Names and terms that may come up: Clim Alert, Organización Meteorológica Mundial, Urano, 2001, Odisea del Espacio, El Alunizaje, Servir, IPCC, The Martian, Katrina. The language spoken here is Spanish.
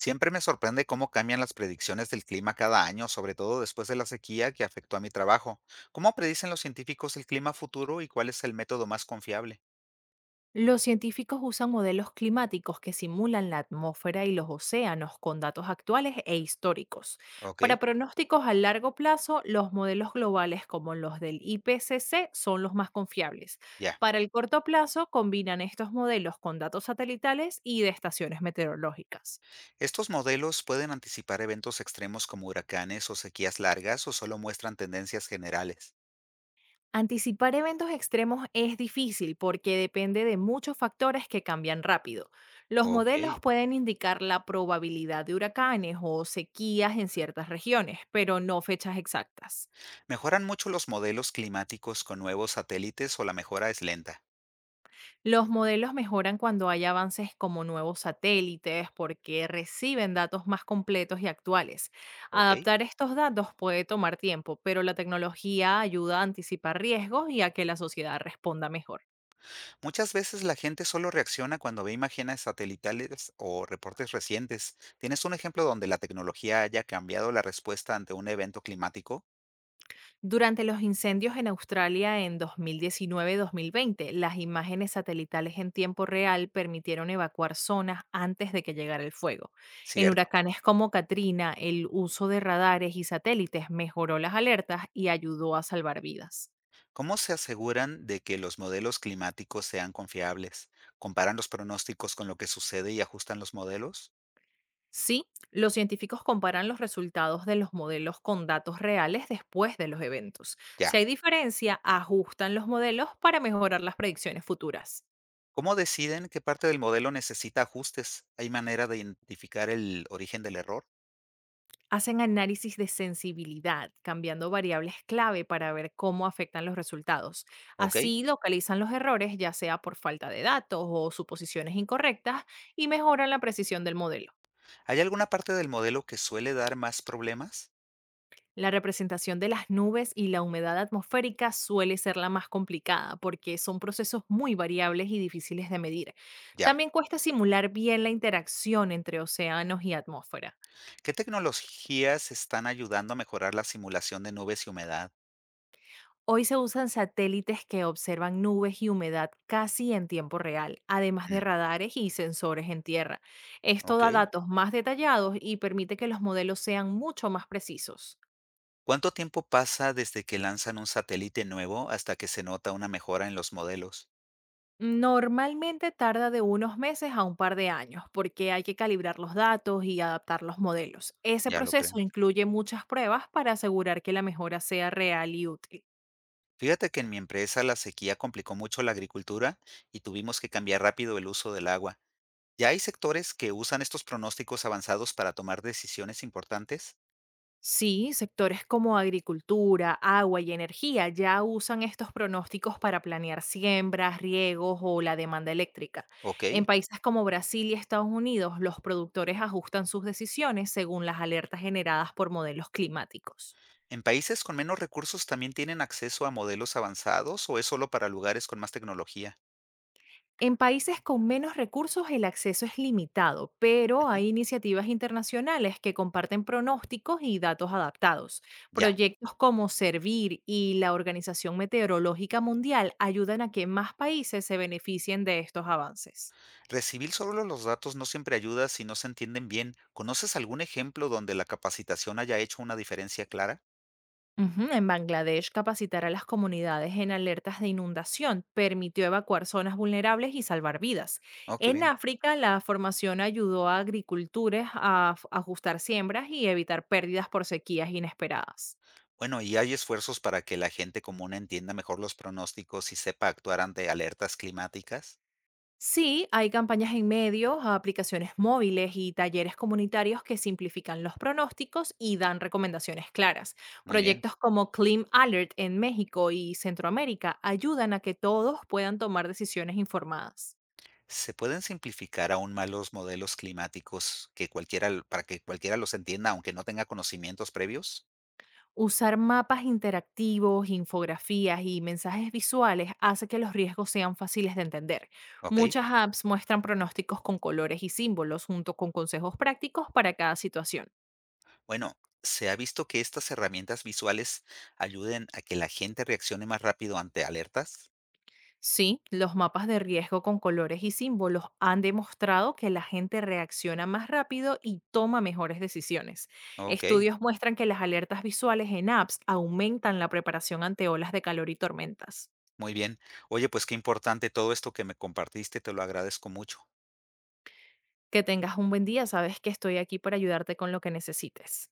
Siempre me sorprende cómo cambian las predicciones del clima cada año, sobre todo después de la sequía que afectó a mi trabajo. ¿Cómo predicen los científicos el clima futuro y cuál es el método más confiable? Los científicos usan modelos climáticos que simulan la atmósfera y los océanos con datos actuales e históricos. Ok, Para pronósticos a largo plazo, los modelos globales como los del IPCC son los más confiables. ya. Para el corto plazo, combinan estos modelos con datos satelitales y de estaciones meteorológicas. ¿Estos modelos pueden anticipar eventos extremos como huracanes o sequías largas o solo muestran tendencias generales? Anticipar eventos extremos es difícil porque depende de muchos factores que cambian rápido. Los modelos Ok. pueden indicar la probabilidad de huracanes o sequías en ciertas regiones, pero no fechas exactas. ¿Mejoran mucho los modelos climáticos con nuevos satélites o la mejora es lenta? Los modelos mejoran cuando hay avances como nuevos satélites porque reciben datos más completos y actuales. Ok. Adaptar estos datos puede tomar tiempo, pero la tecnología ayuda a anticipar riesgos y a que la sociedad responda mejor. Muchas veces la gente solo reacciona cuando ve imágenes satelitales o reportes recientes. ¿Tienes un ejemplo donde la tecnología haya cambiado la respuesta ante un evento climático? Durante los incendios en Australia en 2019-2020, las imágenes satelitales en tiempo real permitieron evacuar zonas antes de que llegara el fuego. En Cierto. huracanes como Katrina, el uso de radares y satélites mejoró las alertas y ayudó a salvar vidas. ¿Cómo se aseguran de que los modelos climáticos sean confiables? ¿Comparan los pronósticos con lo que sucede y ajustan los modelos? Sí, los científicos comparan los resultados de los modelos con datos reales después de los eventos. Si Ya. hay diferencia, ajustan los modelos para mejorar las predicciones futuras. ¿Cómo deciden qué parte del modelo necesita ajustes? ¿Hay manera de identificar el origen del error? Hacen análisis de sensibilidad, cambiando variables clave para ver cómo afectan los resultados. ¿Ok? Así localizan los errores, ya sea por falta de datos o suposiciones incorrectas, y mejoran la precisión del modelo. ¿Hay alguna parte del modelo que suele dar más problemas? La representación de las nubes y la humedad atmosférica suele ser la más complicada porque son procesos muy variables y difíciles de medir. Ya. También cuesta simular bien la interacción entre océanos y atmósfera. ¿Qué tecnologías están ayudando a mejorar la simulación de nubes y humedad? Hoy se usan satélites que observan nubes y humedad casi en tiempo real, además de Mm, radares y sensores en tierra. Esto ok. da datos más detallados y permite que los modelos sean mucho más precisos. ¿Cuánto tiempo pasa desde que lanzan un satélite nuevo hasta que se nota una mejora en los modelos? Normalmente tarda de unos meses a un par de años porque hay que calibrar los datos y adaptar los modelos. Ese Ya lo creo. proceso incluye muchas pruebas para asegurar que la mejora sea real y útil. Fíjate que en mi empresa la sequía complicó mucho la agricultura y tuvimos que cambiar rápido el uso del agua. ¿Ya hay sectores que usan estos pronósticos avanzados para tomar decisiones importantes? Sí, sectores como agricultura, agua y energía ya usan estos pronósticos para planear siembras, riegos o la demanda eléctrica. Ok. En países como Brasil y Estados Unidos, los productores ajustan sus decisiones según las alertas generadas por modelos climáticos. ¿En países con menos recursos también tienen acceso a modelos avanzados o es solo para lugares con más tecnología? En países con menos recursos el acceso es limitado, pero Ujú. hay iniciativas internacionales que comparten pronósticos y datos adaptados. Ya. Proyectos como Servir y la Organización Meteorológica Mundial ayudan a que más países se beneficien de estos avances. Recibir solo los datos no siempre ayuda si no se entienden bien. ¿Conoces algún ejemplo donde la capacitación haya hecho una diferencia clara? Ujú. En Bangladesh, capacitar a las comunidades en alertas de inundación permitió evacuar zonas vulnerables y salvar vidas. Oh, qué En bien. África, la formación ayudó a agricultores a ajustar siembras y evitar pérdidas por sequías inesperadas. Bueno, ¿y hay esfuerzos para que la gente común entienda mejor los pronósticos y sepa actuar ante alertas climáticas? Sí, hay campañas en medios, aplicaciones móviles y talleres comunitarios que simplifican los pronósticos y dan recomendaciones claras. Muy bien. Proyectos como Clim Alert en México y Centroamérica ayudan a que todos puedan tomar decisiones informadas. ¿Se pueden simplificar aún más los modelos climáticos que cualquiera, para que cualquiera los entienda, aunque no tenga conocimientos previos? Usar mapas interactivos, infografías y mensajes visuales hace que los riesgos sean fáciles de entender. Ok. Muchas apps muestran pronósticos con colores y símbolos junto con consejos prácticos para cada situación. Bueno, se ha visto que estas herramientas visuales ayuden a que la gente reaccione más rápido ante alertas. Sí, los mapas de riesgo con colores y símbolos han demostrado que la gente reacciona más rápido y toma mejores decisiones. Ok. Estudios muestran que las alertas visuales en apps aumentan la preparación ante olas de calor y tormentas. Muy bien. Oye, pues qué importante todo esto que me compartiste, te lo agradezco mucho. Que tengas un buen día, sabes que estoy aquí para ayudarte con lo que necesites.